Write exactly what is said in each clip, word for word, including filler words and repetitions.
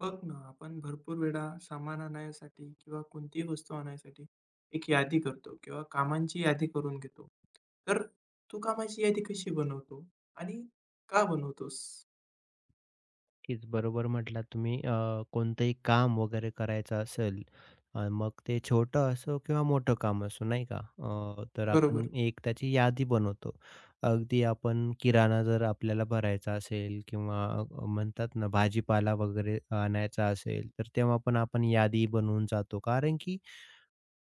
बघ ना, आपण भरपूर वेळा सामान आणायसाठी किंवा कोणतीही वस्तू आणायसाठी एक यादी करतो किंवा कामांची यादी करून घेतो. तर तू कामाची यादी कशी बनवतो आणि का बनवतोस? नक्कीच बरोबर म्हटलात तुम्ही. अ, कोणतंही काम वगैरे करायचं असेल, अ, मग ते छोटं असो किंवा मोठं काम असो नाही का? अ, तर आपण बरोबर, एक त्याची यादी बनवतो. अगदी आपण किराणा जर आपल्याला भरायचा असेल किंवा अ, म्हणतात ना भाजीपाला वगैरे आणायचा असेल, तर तेव्हा पण आपण यादी बनवून जातो. कारण की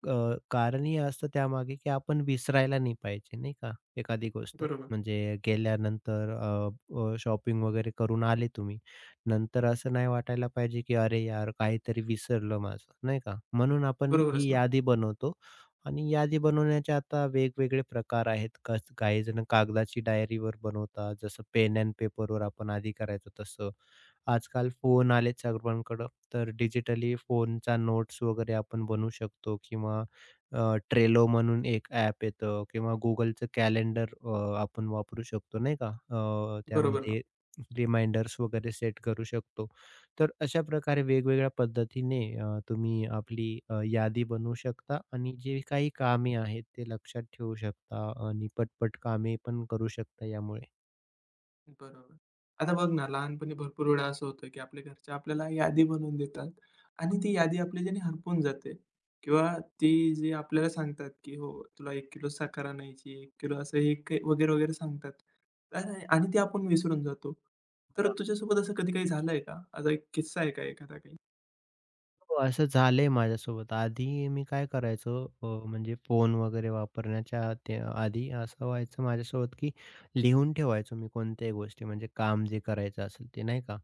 अ, कारण हे असतं त्यामागे, की आपण विसरायला नाही पाहिजे नाही का एखादी गोष्ट. बरोबर. म्हणजे गेल्यानंतर अ, अ, शॉपिंग वगैरे करून आले तुम्ही. नंतर असं नाही वाटायला पाहिजे, की "अरे यार, काहीतरी विसरलं माझं." नाही का? म्हणून आपण ही बरोबरच ना. यादी बनवतो आणि यादी बनवण्याचे आता वेगवेगळे प्रकार आहेत. कस काही जण कागदाची डायरीवर बनवतात, जसं पेन एंड पेपरवर आपण आधी करायचो तसं. आजकाल फोन आलेत सर्वांकडं, तर डिजिटली फोनचा नोट्स वगैरे आपण बनवू शकतो किंवा अ, Trello म्हणून एक ॲप येतं किंवा Googleचं कॅलेंडर अ, आपण वापरू शकतो नाही का? अ, बरोबर ना. त्यामध्ये रिमाइंडर्स वगैरे सेट करू शकतो. तर अशा प्रकारे वेगवेगळ्या पद्धतीने अ, तुम्ही आपली अ, यादी बनवू शकता आणि जे काही कामे आहेत ते लक्षात ठेवू शकता आणि पटपट कामे पण करू शकता यामुळे. बरोबर. आता बघ ना, लहानपणी भरपूर वेळा असं होतं, की आपल्या घरचे आपल्याला यादी बनवून देतात आणि ती यादी आपल्याच्याने हरपून जाते किंवा ती जी आपल्याला सांगतात, की हो, तुला एक किलो साखर आणायची, एक किलो असं हे क वगैरे, वगैरे सांगतात. आणि आणि ते आपण विसरून जातो. तर तुझ्यासोबत असं कधी काही झालंय का? असा एक किस्सा आहे का एखादा काही? हो, असं झालंय माझ्यासोबत. आधी मी काय करायचो अ, म्हणजे फोन वगैरे वापरण्याच्या ते आधी असं व्हायचं माझ्यासोबत, की लिहून ठेवायचो मी कोणत्याही गोष्टी म्हणजे काम जे करायचं असेल ते नाही का?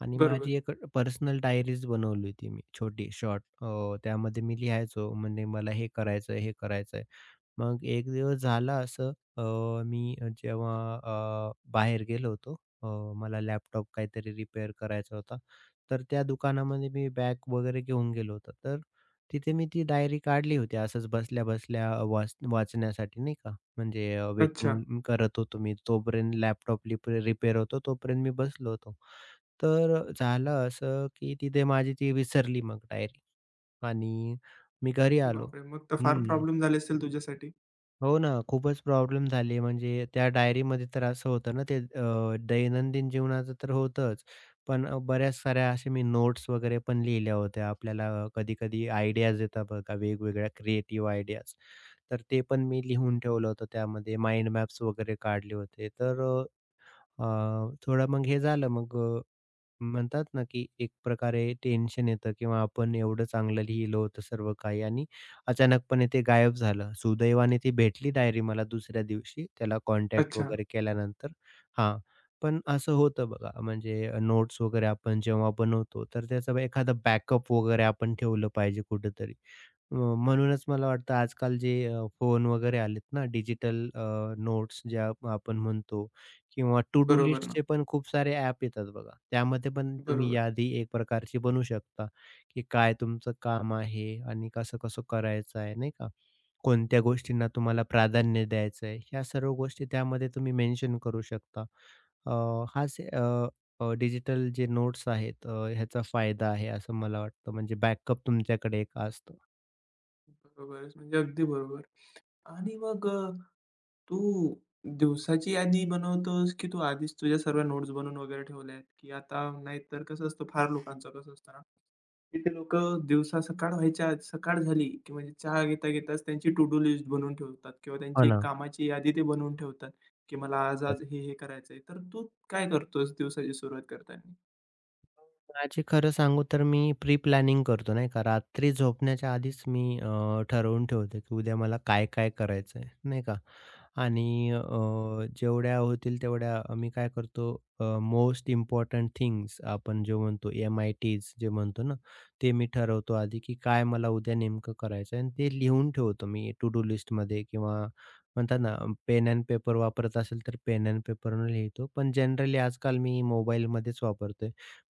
आणि बरोबर. माझी एक पर्सनल डायरीज बनवली होती मी छोटी शॉर्ट अ, त्यामध्ये मी लिहायचो म्हणजे मला हे करायचं हे करायचं. मग एक दिवस झालं असं, अ, मी जेव्हा अ, बाहेर गेलो होतो, अ, मला लॅपटॉप काहीतरी रिपेअर करायचा होता. तर त्या दुकानामध्ये मी बॅग वगैरे घेऊन गेलो होतो. तर तिथे मी ती डायरी काढली होती असंच बसल्या-बसल्या वाच वाचण्यासाठी नाही का. म्हणजे अच्छा. वेटिंग करत होतो मी. तोपर्यंत लॅपटॉप रिपेअर होतो तोपर्यंत मी बसलो होतो. तर झालं असं की तिथे माझी ती विसरली मग डायरी आणि मी घरी अरे आलो. बापरे! मग तर फार हं. प्रॉब्लेम झाले असेल तुझ्यासाठी. हो ना, खूपच प्रॉब्लेम झाली. म्हणजे त्या डायरीमध्ये तर असं होतं ना, ते अ, दैनंदिन जीवनाचं तर होतंच. पण अ, बऱ्याच साऱ्या अशा मी नोट्स वगैरे पण लिहिल्या होत्या. आपल्याला कधी-कधी आयडियाज येतात बघा, वेगवेगळ्या क्रिएटिव्ह आयडियाज. तर ते पण मी लिहून ठेवलं होतं त्यामध्ये. माइंड मॅप्स वगैरे काढले होते. तर अ, अ, थोडं मग हे झालं मग म्हणतात ना, की एक प्रकारे टेन्शन येतं किंवा आपण एवढं चांगलं लिहिलं होतं सर्व काही आणि अचानकपणे ते गायब झालं. सुदैवाने ती भेटली डायरी मला दुसऱ्या दिवशी त्याला कॉन्टॅक्ट अच्छा. वगैरे केल्यानंतर. हां, पण असं होतं बघा म्हणजे नोट्स वगैरे आपण जेव्हा बनवतो, तर त्याचा एखादा बॅकअप वगैरे आपण ठेवलं पाहिजे कुठेतरी. अ, म्हणूनच मला वाटतं आजकाल जे फोन वगैरे आलेत ना डिजिटल नोट्स ज्या आपण म्हणतो. किंवा टू डू बरोबर ना. लिस्टचे पण खूप सारे ॲप येतात बघा. त्यामध्ये पण तुम्ही बरोबर. यादी एक प्रकारची बनवू शकता, की काय तुमचं काम आहे आणि कसं-कसं करायचं आहे, नाही का? कोणत्या गोष्टींना तुम्हाला प्राधान्य द्यायचं आहे, ह्या सर्व गोष्टी त्यामध्ये तुम्ही मेन्शन करू शकता. अ, हाच अ, अ, डिजिटल जे नोट्स आहेत, अ, ह्याचा फायदा आहे असं मला वाटतं. म्हणजे बॅकअप तुमच्याकडे एक असतो. बरोबरच, म्हणजे अगदी बरोबर. आणि मग अ, तू दिवसाची यादी बनवतोस, की तू आधीच तुझ्या सर्व नोट्स बनवून वगैरे ठेवल्या आहेत, की आता नाहीतर कसं असतं फार लोकांचं कसं असतं ना, की ते लोकं दिवसा सकाळ व्हायच्या आधी सकाळ झाली, की म्हणजे चहा घेता-घेताच त्यांची टू डू लिस्ट बनवून ठेवतात किंवा हो त्यांची एक ना. कामाची यादी ते बनवून ठेवतात, की मला आज-आज हे-हे करायचंय. तर तू काय करतोस दिवसाची सुरुवात करताना? माझी खरं सांगू तर मी प्री प्लॅनिंग करतो नाही का. रात्री झोपण्याच्या आधीच मी अ, ठरवून ठेवतो, की उद्या मला काय-काय करायचंय नाही का. आणि अ, जेवढ्या होतील तेवढ्या मी काय करतो, अ, मोस्ट इम्पोर्टंट थिंग्स आपण जे म्हणतो एम-आय-टीज जे म्हणतो ना, ते मी ठरवतो आधी, की काय मला उद्या नेमकं करायचंय आणि ते लिहून ठेवतो मी टू डू लिस्टमध्ये किंवा म्हणतात ना पेन एंड पेपर वापरत असेल तर पेन एंड पेपरने लिहितो. पण जनरली आजकाल मी मोबाईलमध्येच वापरतो.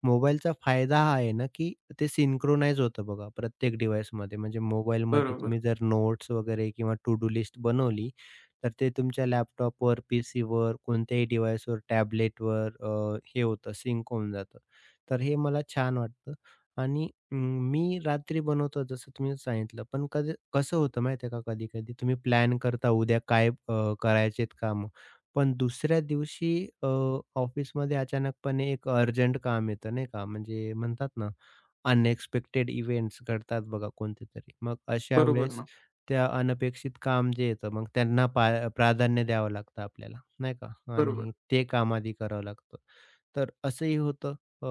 मोबाईलचा फायदा हा आहे ना, की ते सिंक्रोनाइज होतं बघा प्रत्येक डिव्हाइसमध्ये. म्हणजे मोबाईलमध्ये बरोबर. तुम्ही जर नोट्स वगैरे किंवा टू डू लिस्ट बनवली, तर ते तुमच्या लॅपटॉपवर, पीसीवर, कोणत्याही डिव्हाइसवर, टॅबलेटवर अ, हे होतं सिंक होऊन जातं. तर हे मला छान वाटतं. आणि अं, मी रात्री बनवतो जसं तुम्ही सांगितलं. पण कधी कसं होतं माहिती आहे का, कधी-कधी तुम्ही प्लॅन करता उद्या काय अ, करायचेत कामं. पण दुसऱ्या दिवशी अ, ऑफिसमध्ये अचानकपणे एक अर्जंट काम येतं नाही का, म्हणजे म्हणतात ना, अनएक्सपेक्टेड इव्हेंट्स घडतात बघा कोणते तरी. मग अशा बरोबर वेळेस ना. त्या अनपेक्षित काम जे येतं, मग त्यांना पा प्राधान्य द्यावं लागतं आपल्याला, नाही का? बरोबर. आणि ते काम आधी करावं लागतं. तर असंही होतं. अ,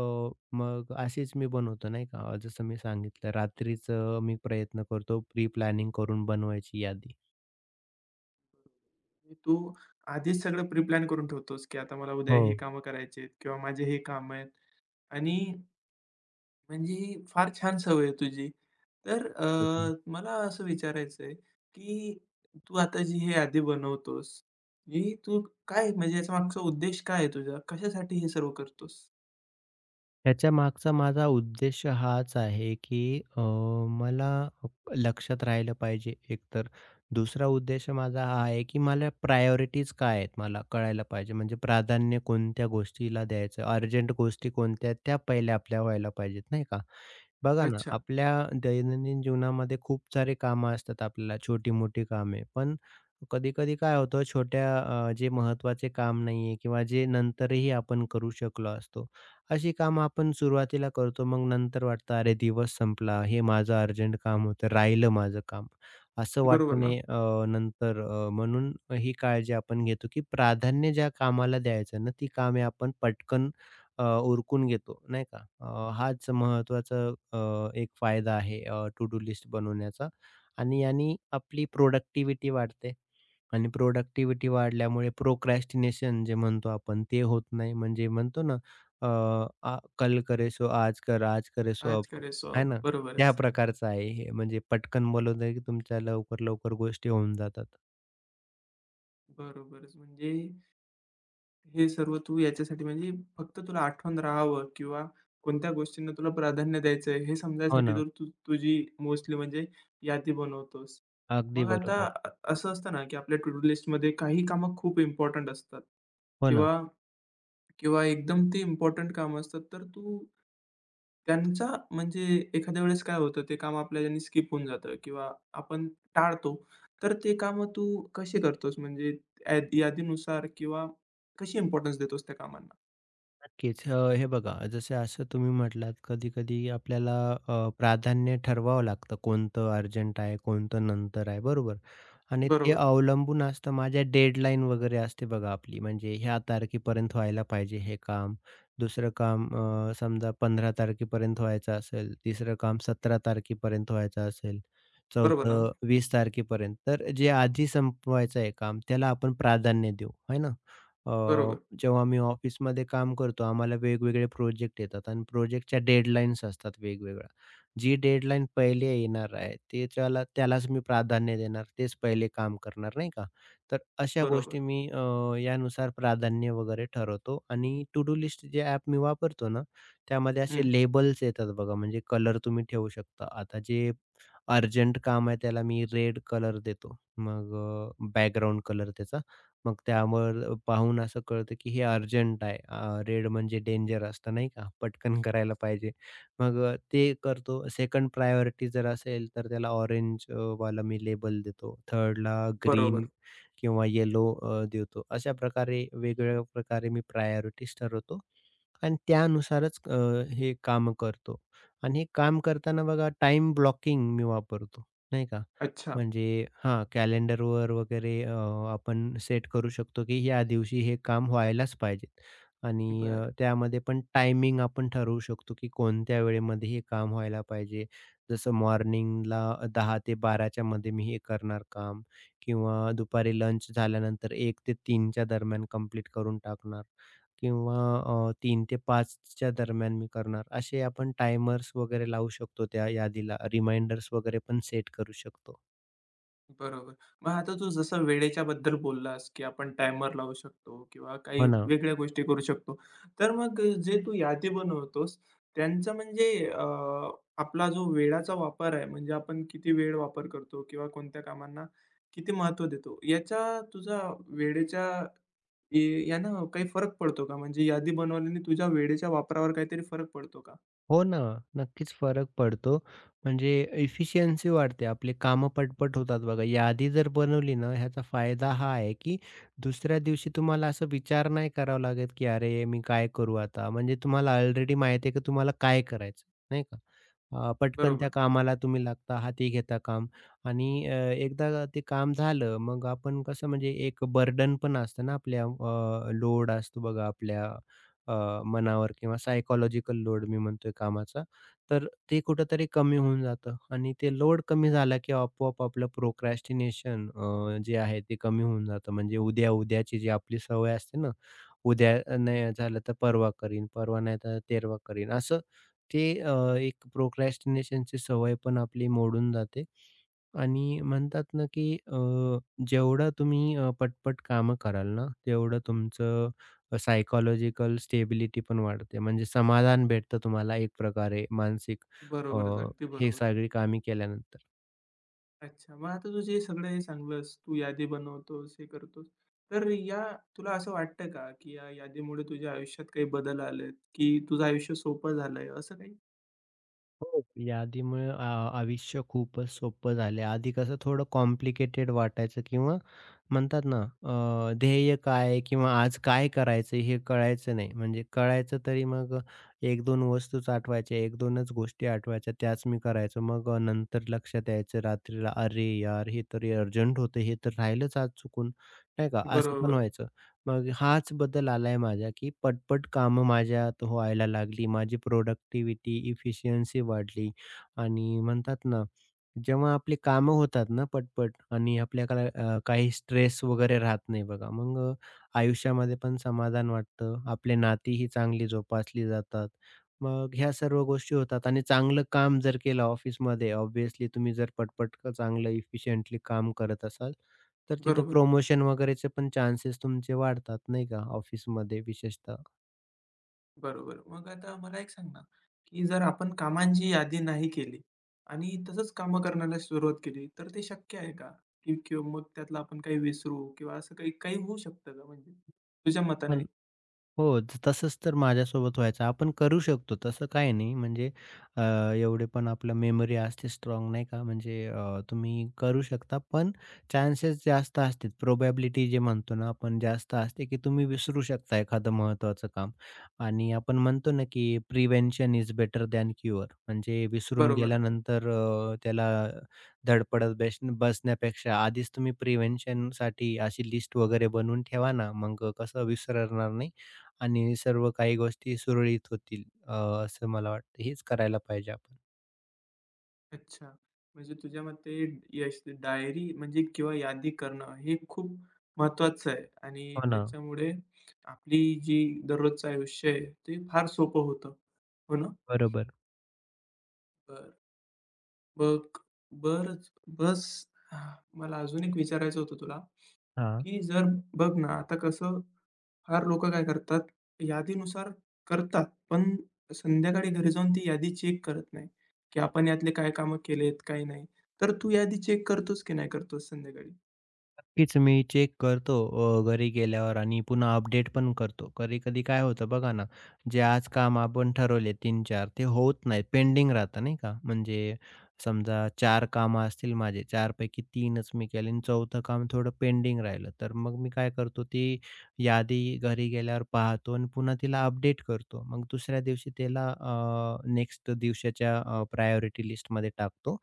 मग अशीच मी बनवतो नाही का, अ, जसं मी सांगितलं रात्रीचं मी प्रयत्न करतो प्री प्लॅनिंग करून बनवायची यादी. आणि तू आधीच सगळं प्री-प्लॅन करून ठेवतोस, की आता मला उद्या हो. ही कामं करायची आहेत किंवा माझे हे काम आहेत आणि म्हणजे ही फार छान सवय आहे तुझी. तर अ, मला असं विचारायचं आहे, की तू आता जी हे यादी बनवतोस, ही तू काय म्हणजे याच्या मागचा उद्देश काय आहे तुझा? कशासाठी हे सर्व करतोस? ह्याच्यामागचा माझा उद्देश हाच आहे, की अ, मला लक्षात राहिलं पाहिजे एकतर. दुसरा उद्देश माझा हा आहे, की मला प्रायोरिटीज काय आहेत मला कळायला पाहिजे. म्हणजे प्राधान्य कोणत्या गोष्टीला द्यायचं, अर्जंट गोष्टी कोणत्या आहेत त्या पहिल्या आपल्या व्हायला पाहिजेत, नाही का? बघा ना, अच्छा, आपल्या दैनंदिन जीवनामध्ये खूप सारे कामं असतात आपल्याला, छोटी-मोठी कामे. पण कधी-कधी काय होतं छोट्या, अ, जे महत्वाचे काम नाहीये किंवा जे नंतरही आपण करू शकलो असतो. अशी कामं आपण सुरुवातीला करतो, मग नंतर वाटतं, "अरे दिवस संपला, हे माझं अर्जंट काम होतं, राहिलं माझं काम." असं बरोबर वाटू ना? नये अ, नंतर, अ, म्हणून ही काळजी आपण घेतो, की प्राधान्य ज्या कामाला द्यायचं ना, ती कामे आपण पटकन अ, उरकून घेतो, नाही का? अ, हाच महत्त्वाचा अ, एक फायदा आहे अ, टू डू लिस्ट बनवण्याचा. आणि यानी आपली प्रोडक्टिव्हिटी वाढते आणि प्रोडक्टिव्हिटी वाढल्यामुळे प्रोक्रॅस्टिनेशन जे म्हणतो आपण ते होत नाही. म्हणजे म्हणतो ना, अ, आ कल करे सो आज कर, आज करे सो आज अब, करे सो आहे ना? त्या बरोबरच. प्रकारचं आहे हे. म्हणजे पटकन बनवलं की तुमच्या लवकर-लवकर गोष्टी होऊन जातात. बरोबरच म्हणजे हे सर्व तू याच्यासाठी म्हणजे फक्त तुला आठवण राहावं किंवा कोणत्या गोष्टींना तुला प्राधान्य द्यायचं आहे हे हो समजायसाठी ना. तर तू तुझी मोस्टली म्हणजे यादी बनवतोस. अगदी मग आता बरोबर. अ असं असतं ना, की आपल्या टू-डू लिस्टमध्ये काही कामं खूप इम्पोर्टंट असतात हो ना. किंवा किंवा एकदम ती इम्पोर्टंट कामं असतात. तर तू त्यांचा म्हणजे एखाद्या वेळेस काय होतं ते काम आपल्याने स्किप होऊन जातं किंवा आपण टाळतो. तर ते कामं तू कशी करतोस म्हणजे या यादीनुसार किंवा कशी इम्पोर्टन्स देतोस त्या कामांना? नक्कीच. अ, हे बघा जसे असं तुम्ही म्हटलात कधी-कधी आपल्याला अ, प्राधान्य ठरवावं लागतं कोणतं अर्जंट आहे, कोणतं नंतर आहे, बरोबर? आणि ते बरोबर. अवलंबून असतं माझ्या डेडलाईन वगैरे असते बघा आपली म्हणजे ह्या तारखेपर्यंत व्हायला पाहिजे हे काम. दुसरं काम, अ, समजा पंधरा तारखेपर्यंत व्हायचं असेल, तिसरं काम सतरा तारखेपर्यंत व्हायचं असेल, बरोबर ना? चौथं वीस तारखेपर्यंत. तर जे आधी संपवायचं आहे काम त्याला आपण प्राधान्य देऊ, आहे ना? अ, बरोबर, जेव्हा मी ऑफिसमध्ये काम करतो आम्हाला वेगवेगळे प्रोजेक्ट येतात आणि प्रोजेक्टच्या डेडलाईन्स असतात वेगवेगळ्या. जी डेडलाईन पहिले येणार आहे ते त्याला त्यालाच मी प्राधान्य देणार. तेच पहिले काम करणार नाही का. तर अशा बरोबर. गोष्टी मी अ, यानुसार प्राधान्य वगैरे ठरवतो आणि टू डू लिस्ट जे ॲप मी वापरतो ना, त्यामध्ये हं. असे लेबल्स येतात बघा म्हणजे कलर तुम्ही ठेवू शकता. आता जे अर्जंट काम आहे त्याला मी रेड कलर देतो. मग अ, बॅकग्राऊंड कलर त्याचा. मग त्यावर पाहून असं कळतं की हे अर्जंट आहे. अ, रेड म्हणजे डेंजर असतं नाही का, पटकन करायला पाहिजे. मग अ, ते करतो. सेकंड प्रायोरिटी जर असेल तर त्याला ऑरेंज वाला मी लेबल देतो. थर्डला ग्रीन बरोबर. किंवा येलो अ, देतो. अशा प्रकारे वेगवेगळ्या प्रकारे मी प्रायोरिटीज ठरवतो आणि त्यानुसारच अ, हे कामं करतो. आणि हे काम करताना बघा टाइम ब्लॉकिंग मी वापरतो, नाही का? अच्छा. म्हणजे हां, कॅलेंडरवर वगैरे अ, आपण सेट करू शकतो, की या दिवशी हे काम व्हायलाच पाहिजे आणि अ, बरं. त्यामध्ये पण टायमिंग आपण ठरवू शकतो, की कोणत्या वेळेमध्ये हे काम व्हायला पाहिजे. जसं मॉर्निंगला दहा ते बारा मध्ये मी हे करणार काम किंवा दुपारी लंच झाल्यानंतर एक ते तीन च्या दरम्यान कंप्लीट करून टाकणार किंवा अ, तीन ते पाच दरम्यान मी करणार. असे आपण टायमर्स वगैरे लावू शकतो त्या यादीला, रिमाइंडर्स वगैरे पण सेट करू शकतो. बरोबर. मग आता तू जसं वेळेच्याबद्दल बोललास, की आपण टायमर लावू शकतो किंवा काही हो ना. वेगळ्या गोष्टी करू शकतो. तर मग जे तू यादी बनवतोस, त्यांचा म्हणजे अ, आपला जो वेळाचा वापर आहे, म्हणजे आपण किती वेळ वापर करतो किंवा कोणत्या कामांना किती महत्त्व देतो, याचा तुझा वेळेच्या ए यानं काही फरक पडतो का? म्हणजे यादी बनवल्याने तुझ्या वेळेच्या वापरावर काहीतरी फरक पडतो का? हो ना. नक्कीच फरक पडतो. म्हणजे एफिशियन्सी वाढते. आपले कामं पटपट होतात बघा. यादी जर बनवली ना, ह्याचा फायदा हा आहे, की दुसऱ्या दिवशी तुम्हाला असं विचार नाही करावा लागत, की "अरे, मी काय करू आता?" म्हणजे तुम्हाला ऑलरेडी माहिती आहे, की तुम्हाला काय करायचं, नाही का? अ, पटकन त्या बरोबर. कामाला तुम्ही लागता, हाती घेता काम. आणि अ, एकदा ते काम झालं, मग आपण कसं म्हणजे एक बर्डन पण असतं ना आपल्या, लोड असतो बघा आपल्या अ, मनावर किंवा सायकॉलॉजिकल लोड मी म्हणतोय कामाचा, तर ते कुठेतरी कमी होऊन जातं आणि ते लोड कमी झाला की आपोआप आपलं प्रोक्रॅस्टिनेशन जे आहे ते कमी होऊन जातं. म्हणजे उद्या-उद्याची जी आपली सवय असते ना, उद्या नाही झालं तर परवा करीन, परवा नाही तर तेरवा करीन. असं ते, अ, एक प्रोक्रॅस्टिनेशनची सवय पण आपली मोडून जाते. आणि म्हणतात ना, की अ, जेवढं तुम्ही अ, पटपट कामं कराल ना, तेवढं तुमचं सायकॉलॉजिकल स्टेबिलिटी पण वाढते. म्हणजे समाधान भेटतं तुम्हाला एक प्रकारे मानसिक, अ, बरोबरच, अगदी हे बरोबर. सगळी कामे केल्यानंतर. अच्छा, मग आता तू जे सगळं हे सांगलंस, तू यादी बनवतोस, हे करतोस. तर या तुला असं वाटतं का, की या यादीमुळे तुझ्या आयुष्यात काही बदल आलेत, की तुझं आयुष्य सोपं झालंय असं काही? हो, यादीमुळे आ आयुष्य खूपच सोपं झालं. आधी कसं थोडं कॉम्प्लिकेटेड वाटायचं किंवा म्हणतात ना, अ, ध्येय काय आहे किंवा आज काय करायचं हे कळायचं नाही. म्हणजे कळायचं तरी मग एक-दोन वस्तूच आठवायच्या, एक-दोनच गोष्टी आठवायच्या त्याच मी करायचो. मग नंतर लक्षात यायचं रात्रीला, "अरे यार, हे तर अर्जंट होतं, हे तर राहिलंच आज चुकून." नाही का? असं पण बरोबर, व्हायचं. मग हाच बदल आलाय माझ्या, की पटपट कामं माझ्यात व्हायला लागली. माझी प्रोडक्टिव्हिटी, इफिशियन्सी वाढली. आणि म्हणतात ना, जेव्हा आपली कामं होतात ना पटपट आणि आपल्याला अ, काही स्ट्रेस वगैरे राहत नाही बघा. मग अ, आयुष्यामध्ये पण समाधान वाटतं. आपले नातीही चांगली जोपासली जातात. मग ह्या सर्व गोष्टी होतात आणि चांगलं काम जर केलं ऑफिसमध्ये, ऑब्व्हियसली तुम्ही जर पटपट क- चांगलं इफिशियंटली काम करत असाल, तर तिथं बरोबर, प्रमोशन वगैरेचे पण चान्सेस तुमचे वाढतात नाही का ऑफिसमध्ये विशेषतः. बरोबर. मग आता मला एक सांग ना, की जर आपण कामांची यादी नाही केली आणि तसंच कामं करण्याला सुरुवात केली, तर ते शक्य आहे का? की किंवा मग त्यातलं आपण काही विसरू किंवा असं काही काही होऊ शकतं का म्हणजे तुझ्या मताने? पण हो, ज तसंच तर माझ्यासोबत व्हायचं. आपण करू शकतो तसं काही नाही म्हणजे अ, एवढे पण आपलं मेमरी असते स्ट्राँग नाही का म्हणजे, अ, तुम्ही करू शकता. पण चान्सेस जास्त असतील. प्रोबॅबिलिटी जे म्हणतो ना आपण जास्त असते, की तुम्ही विसरू शकता एखादं महत्त्वाचं काम. आणि आपण म्हणतो ना, की prevention is better than cure, म्हणजे विसरून बरोबर. गेल्यानंतर अ, त्याला धडपडत बेस बसण्यापेक्षा आधीच तुम्ही प्रिव्हेन्शनसाठी अशी लिस्ट वगैरे बनवून ठेवा ना, मग कसं विसरणार नाही. आणि सर्व काही गोष्टी सुरळीत होतील, अ, असं मला वाटतं. हेच करायला पाहिजे आपण. अच्छा. म्हणजे तुझ्या मते यश डायरी म्हणजे किंवा यादी करणं हे खूप महत्त्वाचं आहे आणि हो ना. त्याच्यामुळे आपली जी दररोजचं आयुष्य आहे ते फार सोपं होतं. हो ना? बरोबर. बरं. मग बरंच बस हा, मला अजून एक विचारायचं होतं तुला, हां. की जर बघ ना आता कसं फार लोकं काय करतात, यादीनुसार करतात, पण संध्याकाळी घरी जाऊन ती यादी चेक करत नाही, की आपण यातले काय कामं केलेत, काय नाही. तर तू यादी चेक करतोस की नाही करतोस संध्याकाळी? नक्कीच मी चेक करतो, अ, घरी गेल्यावर आणि पुन्हा अपडेट पण करतो. कधी-कधी काय होतं बघा ना, जे आज काम आपण ठरवले तीन चार ते होत नाहीत, पेंडिंग राहतं नाही का? म्हणजे समजा चार कामं असतील माझे, चार पैकी तीनच मी केले आणि चौथं काम थोडं पेंडिंग राहिलं. तर मग मी काय करतो, ती यादी घरी गेल्यावर पाहतो आणि पुन्हा तिला अपडेट करतो. मग दुसऱ्या दिवशी त्याला नेक्स्ट दिवसाच्या प्रायोरिटी लिस्टमध्ये टाकतो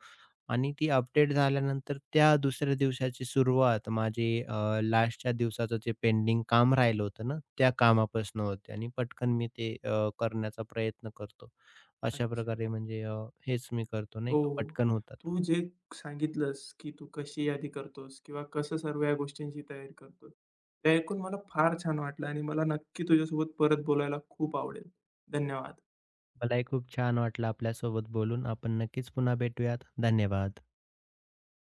आणि ती अपडेट झाल्यानंतर त्या दुसऱ्या दिवसाची सुरुवात माझी अ, लास्टच्या दिवसाचं जे पेंडिंग काम राहिलं होतं ना, त्या कामापासून होते आणि पटकन मी ते अ, करण्याचा प्रयत्न करतो. अशा अच्छा. प्रकारे म्हणजे, अ, हेच मी करतो नाही का, हो. पटकन होतात. तू जे सांगितलंस, की तू कशी यादी करतोस किंवा कसं सर्व या गोष्टींची तयारी करतोस, ते ऐकून मला फार छान वाटलं आणि मला नक्की तुझ्यासोबत परत बोलायला खूप आवडेल. धन्यवाद. मलाही खूप छान वाटलं आपल्यासोबत बोलून. आपण नक्कीच पुन्हा भेटूयात. धन्यवाद.